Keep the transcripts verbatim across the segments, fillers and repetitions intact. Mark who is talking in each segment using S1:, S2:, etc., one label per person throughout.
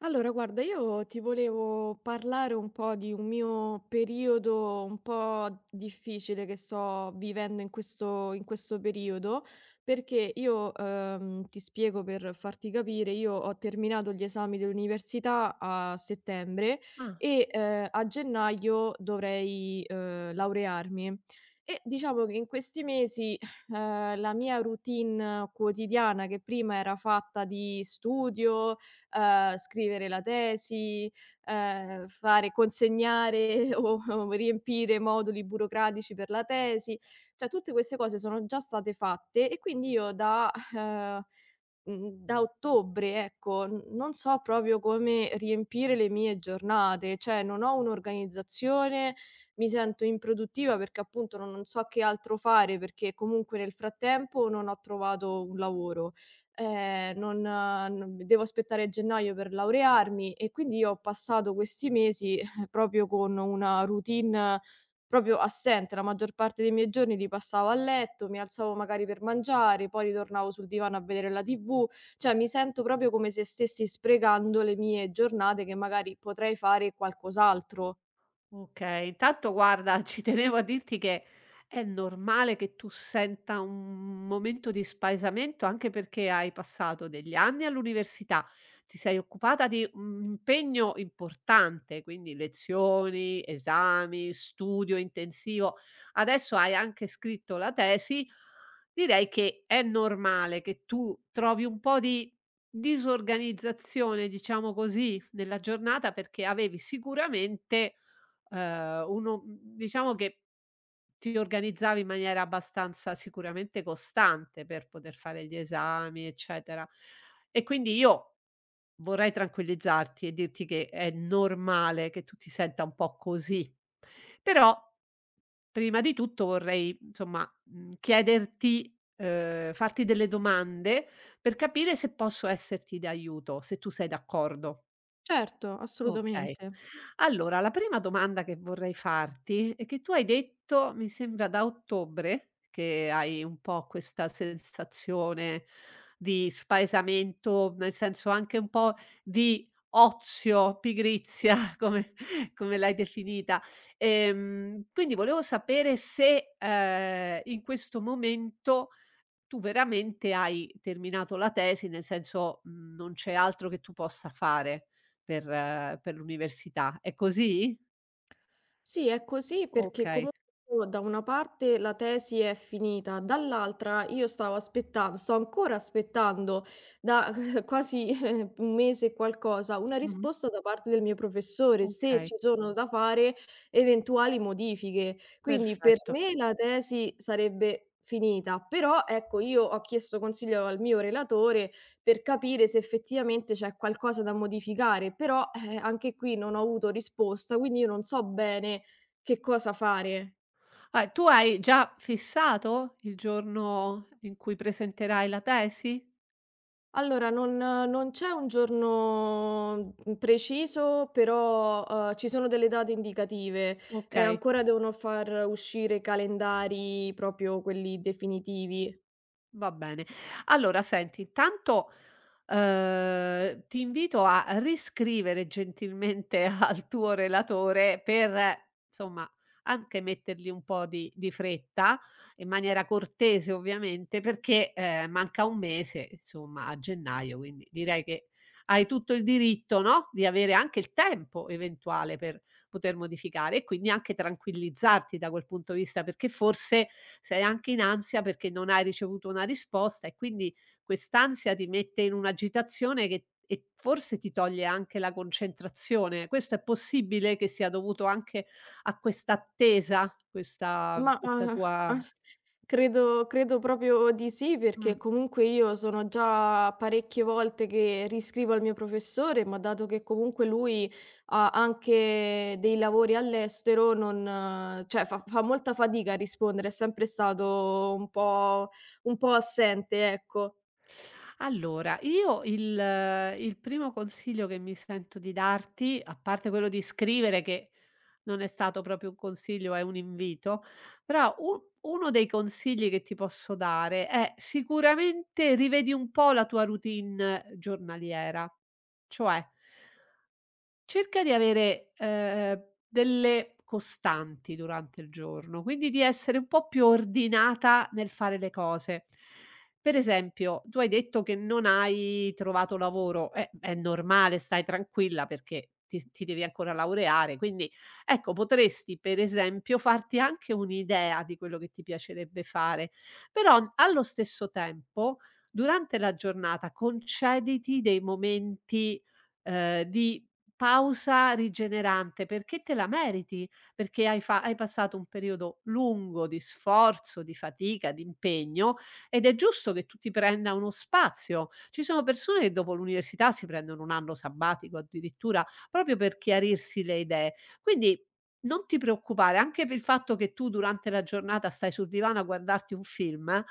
S1: Allora, guarda, io ti volevo parlare un po' di un mio periodo un po' difficile che sto vivendo in questo, in questo periodo, perché io ehm, ti spiego per farti capire, io ho terminato gli esami dell'università a settembre
S2: Ah,
S1: e eh, a gennaio dovrei eh, laurearmi. E diciamo che in questi mesi eh, la mia routine quotidiana, che prima era fatta di studio, ehm, scrivere la tesi, ehm, fare consegnare o o riempire moduli burocratici per la tesi. Cioè tutte queste cose sono già state fatte e quindi io da ehm, mhmm, da ottobre, ecco, n non so proprio come riempire le mie giornate, cioè non ho un'organizzazione, mi sento improduttiva perché appunto non non so che altro fare, perché comunque nel frattempo non ho trovato un lavoro. Ehm, non eh, non devo aspettare gennaio per laurearmi e quindi io ho passato questi mesi proprio con una routine eh, proprio assente. La maggior parte dei miei giorni li passavo a letto, mi alzavo magari per mangiare, poi ritornavo sul divano a vedere la T V, cioè mi sento proprio come se stessi sprecando le mie giornate che magari potrei fare qualcos'altro.
S2: okay, intanto guarda, ci tenevo a dirti che è normale che tu senta un momento di spaesamento, anche perché hai passato degli anni all'università, ti sei occupata di un impegno importante, quindi lezioni, esami, studio intensivo. Adesso hai anche scritto la tesi. Direi che è normale che tu trovi un po' di disorganizzazione, diciamo così, nella giornata perché avevi sicuramente Ehm, uno, mhmm, diciamo che ti organizzavi in maniera abbastanza sicuramente costante per poter fare gli esami, eccetera. E quindi io vorrei tranquillizzarti e dirti che è normale che tu ti senta un po' così. Però, prima di tutto vorrei, insomma, mhmm, chiederti ehm, farti delle domande per capire se posso esserti d'aiuto, se tu sei d'accordo.
S1: Certo,
S2: Okay.
S1: assolutamente.
S2: Allora, la prima domanda che vorrei farti è che tu hai detto, mi sembra da ottobre, che hai un po' questa sensazione di spaesamento, nel senso anche un po' di ozio, pigrizia, come come l'hai definita. Ehm, quindi volevo sapere se, ehm, in questo momento tu veramente hai terminato la tesi, nel senso, mhmm, non c'è altro che tu possa fare per eh, per l'università. È così?
S1: Sì, è così perché
S2: Okay.
S1: comunque io da una parte la tesi è finita, dall'altra io stavo aspettando, sto ancora aspettando da quasi eh, un mese e qualcosa, una
S2: Mh-mh.
S1: risposta da parte del mio professore se
S2: Okay,
S1: ci sono da fare eventuali modifiche. Quindi per
S2: perfetto.
S1: me la tesi sarebbe finita, però ecco, io ho chiesto consiglio al mio relatore per capire se effettivamente c'è qualcosa da modificare, però, eh, anche qui non ho avuto risposta, quindi io non so bene che cosa fare.
S2: Ah, tu hai già fissato il giorno in cui presenterai la tesi?
S1: Allora, non non c'è un giorno, mhmm, preciso, però, uhm, ci sono delle date indicative e
S2: Okay.
S1: ancora devono far uscire i calendari proprio quelli definitivi.
S2: Va bene. Allora senti, intanto, uhm, ti invito a riscrivere gentilmente al tuo relatore per, eh, insomma, anche mettergli un po' di di fretta, in maniera cortese ovviamente, perché, ehm, manca un mese, insomma, a gennaio, quindi direi che hai tutto il diritto, no, di avere anche il tempo eventuale per poter modificare e quindi anche tranquillizzarti da quel punto di vista, perché forse sei anche in ansia perché non hai ricevuto una risposta e quindi quest'ansia ti mette in un'agitazione che e forse ti toglie anche la concentrazione. Questo è possibile che sia dovuto anche a questa attesa, questa
S1: Ma,
S2: questa
S1: uhm,
S2: tua
S1: as credo credo proprio di sì, perché
S2: mh.
S1: comunque io sono già parecchie volte che riscrivo al mio professore, ma dato che comunque lui ha anche dei lavori all'estero, non eh, cioè fa fa molta fatica a rispondere, è sempre stato un po' un po' assente, ecco.
S2: Allora, io il eh, il primo consiglio che mi sento di darti, a parte quello di scrivere che non è stato proprio un consiglio, è un invito, però u uno dei consigli che ti posso dare è sicuramente rivedi un po' la tua routine giornaliera. Cioè, cerca di avere, ehm, delle costanti durante il giorno, quindi di essere un po' più ordinata nel fare le cose. Per esempio, tu hai detto che non hai trovato lavoro, eh, è normale, stai tranquilla perché ti ti devi ancora laureare, quindi ecco potresti per esempio farti anche un'idea di quello che ti piacerebbe fare, però allo stesso tempo durante la giornata concediti dei momenti, ehm, di pausa rigenerante, perché te la meriti, perché hai fa hai passato un periodo lungo di sforzo, di fatica, di impegno ed è giusto che tu ti prenda uno spazio. Ci sono persone che dopo l'università si prendono un anno sabbatico addirittura, proprio per chiarirsi le idee. Quindi non ti preoccupare, anche per il fatto che tu durante la giornata stai sul divano a guardarti un film, eh,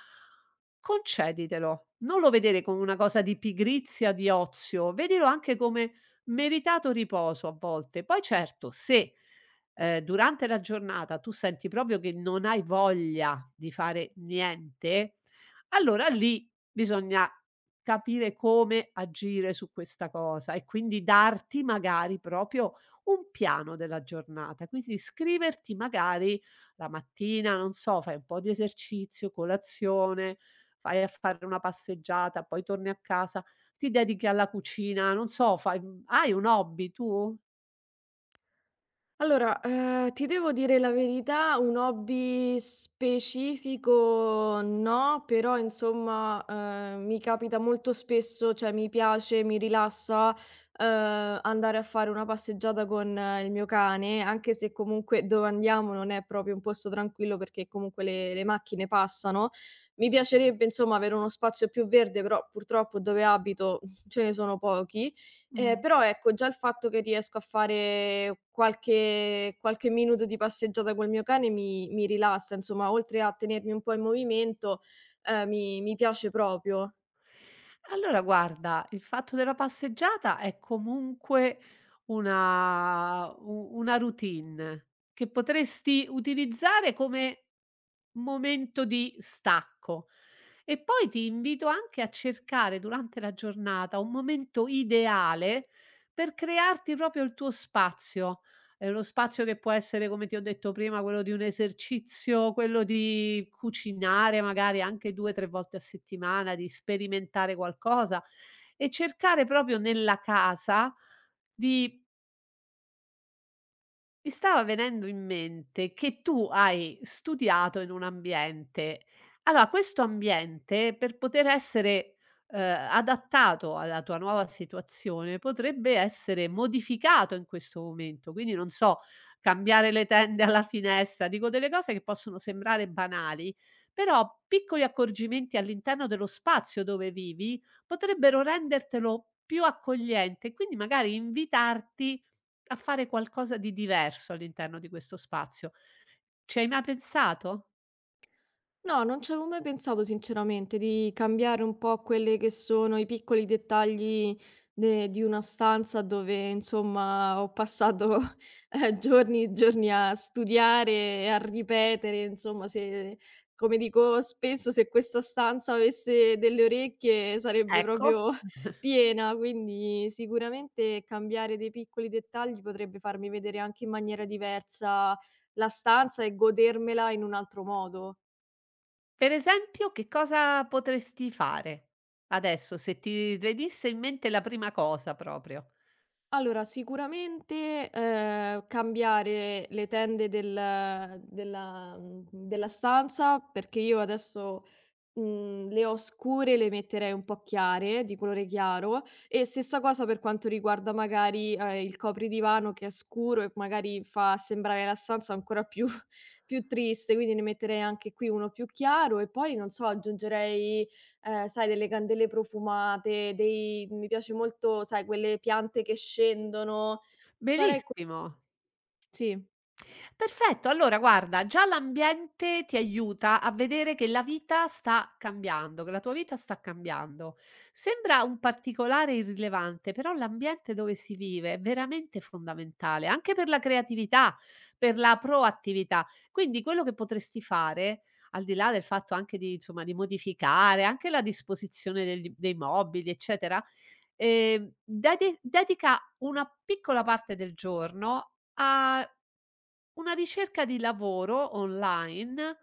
S2: conceditelo. Non lo vedere come una cosa di pigrizia, di ozio, vedilo anche come meritato riposo a volte. Poi certo, se, ehm, durante la giornata tu senti proprio che non hai voglia di fare niente, allora lì bisogna capire come agire su questa cosa e quindi darti magari proprio un piano della giornata. Quindi scriverti magari la mattina, non so, fai un po' di esercizio, colazione, vai a fare una passeggiata, poi torni a casa ti dedichi alla cucina, non so, fai, mhmm, hai un hobby tu?
S1: Allora, ehm, ti devo dire la verità, un hobby specifico no, però insomma, ehm, mi capita molto spesso, cioè mi piace, mi rilassa, ehm, andare a fare una passeggiata con eh, il mio cane, anche se comunque dove andiamo non è proprio un posto tranquillo perché comunque le le macchine passano. Mi piacerebbe insomma avere uno spazio più verde, però purtroppo dove abito ce ne sono pochi. Ehm,
S2: Mh.
S1: però ecco, già il fatto che riesco a fare qualche qualche minuto di passeggiata col mio cane mi mi rilassa, insomma, oltre a tenermi un po' in movimento, ehm, mi mi piace proprio.
S2: Allora guarda, il fatto della passeggiata è comunque una u una routine che potresti utilizzare come momento di stacco. E poi ti invito anche a cercare durante la giornata un momento ideale per crearti proprio il tuo spazio. Ehm, lo spazio che può essere, come ti ho detto prima, quello di un esercizio, quello di cucinare magari anche due, tre volte a settimana, di sperimentare qualcosa e cercare proprio nella casa di, mi stava venendo in mente che tu hai studiato in un ambiente. Allora, questo ambiente per poter essere, uhm, adattato alla tua nuova situazione, potrebbe essere modificato in questo momento. Quindi, non so, cambiare le tende alla finestra, dico delle cose che possono sembrare banali, però piccoli accorgimenti all'interno dello spazio dove vivi potrebbero rendertelo più accogliente e quindi magari invitarti a fare qualcosa di diverso all'interno di questo spazio. Ci hai mai pensato?
S1: No, non ci avevo mai pensato sinceramente di cambiare un po' quelle che sono i piccoli dettagli de di una stanza dove insomma ho passato, eh, giorni e giorni a studiare e a ripetere, insomma se come dico spesso, se questa stanza avesse delle orecchie sarebbe
S2: Ecco.
S1: proprio piena, quindi sicuramente cambiare dei piccoli dettagli potrebbe farmi vedere anche in maniera diversa la stanza e godermela in un altro modo.
S2: Per esempio, che cosa potresti fare adesso se ti venisse in mente la prima cosa proprio?
S1: Allora, sicuramente, ehm, cambiare le tende del della mhmm, della stanza, perché io adesso Mhmm, le o scure le metterei un po' chiare, di colore chiaro, e stessa cosa per quanto riguarda magari, ehm, il copridivano che è scuro e magari fa sembrare la stanza ancora più più triste, quindi ne metterei anche qui uno più chiaro e poi non so, aggiungerei, ehm, sai delle candele profumate, dei mi piace molto, sai, quelle piante che scendono, farei co
S2: Benissimo.
S1: sì.
S2: Perfetto, allora guarda, già l'ambiente ti aiuta a vedere che la vita sta cambiando, che la tua vita sta cambiando. Sembra un particolare irrilevante, però l'ambiente dove si vive è veramente fondamentale, anche per la creatività, per la proattività. Quindi quello che potresti fare, al di là del fatto anche di, insomma, di modificare anche la disposizione degli- dei mobili, eccetera, eh, dedi- dedica una piccola parte del giorno una ricerca di lavoro online,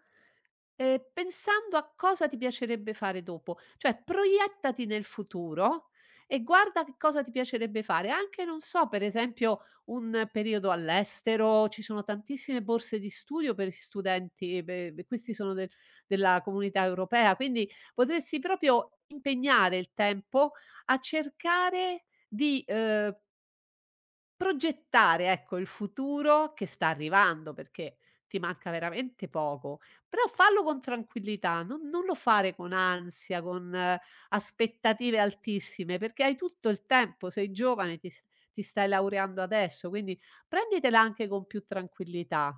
S2: ehm, pensando a cosa ti piacerebbe fare dopo. Cioè, proiettati nel futuro e guarda che cosa ti piacerebbe fare. Anche, non so, per esempio un periodo all'estero, ci sono tantissime borse di studio per gli studenti, pe pe questi sono del della Comunità Europea, quindi potresti proprio impegnare il tempo a cercare di, uhm progettare, ecco, il futuro che sta arrivando, perché ti manca veramente poco, però fallo con tranquillità, non non lo fare con ansia, con eh, aspettative altissime, perché hai tutto il tempo, sei giovane, ti s ti stai laureando adesso, quindi prenditela anche con più tranquillità.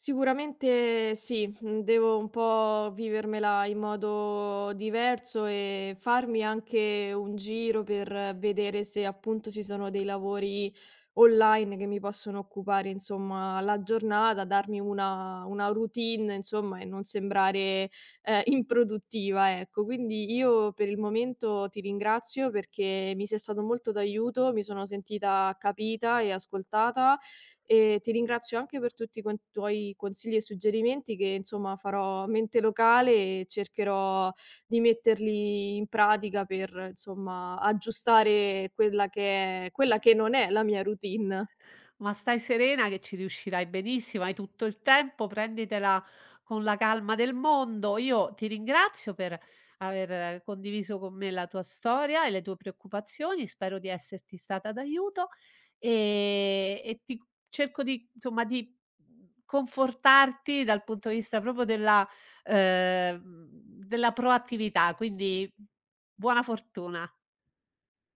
S1: Sicuramente sì, mhmm, devo un po' vivermela in modo diverso e farmi anche un giro per vedere se appunto ci sono dei lavori online che mi possono occupare insomma la giornata, darmi una una routine insomma e non sembrare, ehm, improduttiva, ecco. Quindi io per il momento ti ringrazio perché mi sei stato molto d'aiuto, mi sono sentita capita e ascoltata e ti ringrazio anche per tutti quan tuoi consigli e suggerimenti che, insomma, farò mente locale e cercherò di metterli in pratica per, insomma, aggiustare quella che è quella che non è la mia routine.
S2: Ma stai serena che ci riuscirai benissimo, hai tutto il tempo, prenditela con la calma del mondo. Io ti ringrazio per aver eh, condiviso con me la tua storia e le tue preoccupazioni, spero di esserti stata d'aiuto e, e ti cerco di, insomma, di confortarti dal punto di vista proprio della, eh, della proattività, quindi buona fortuna.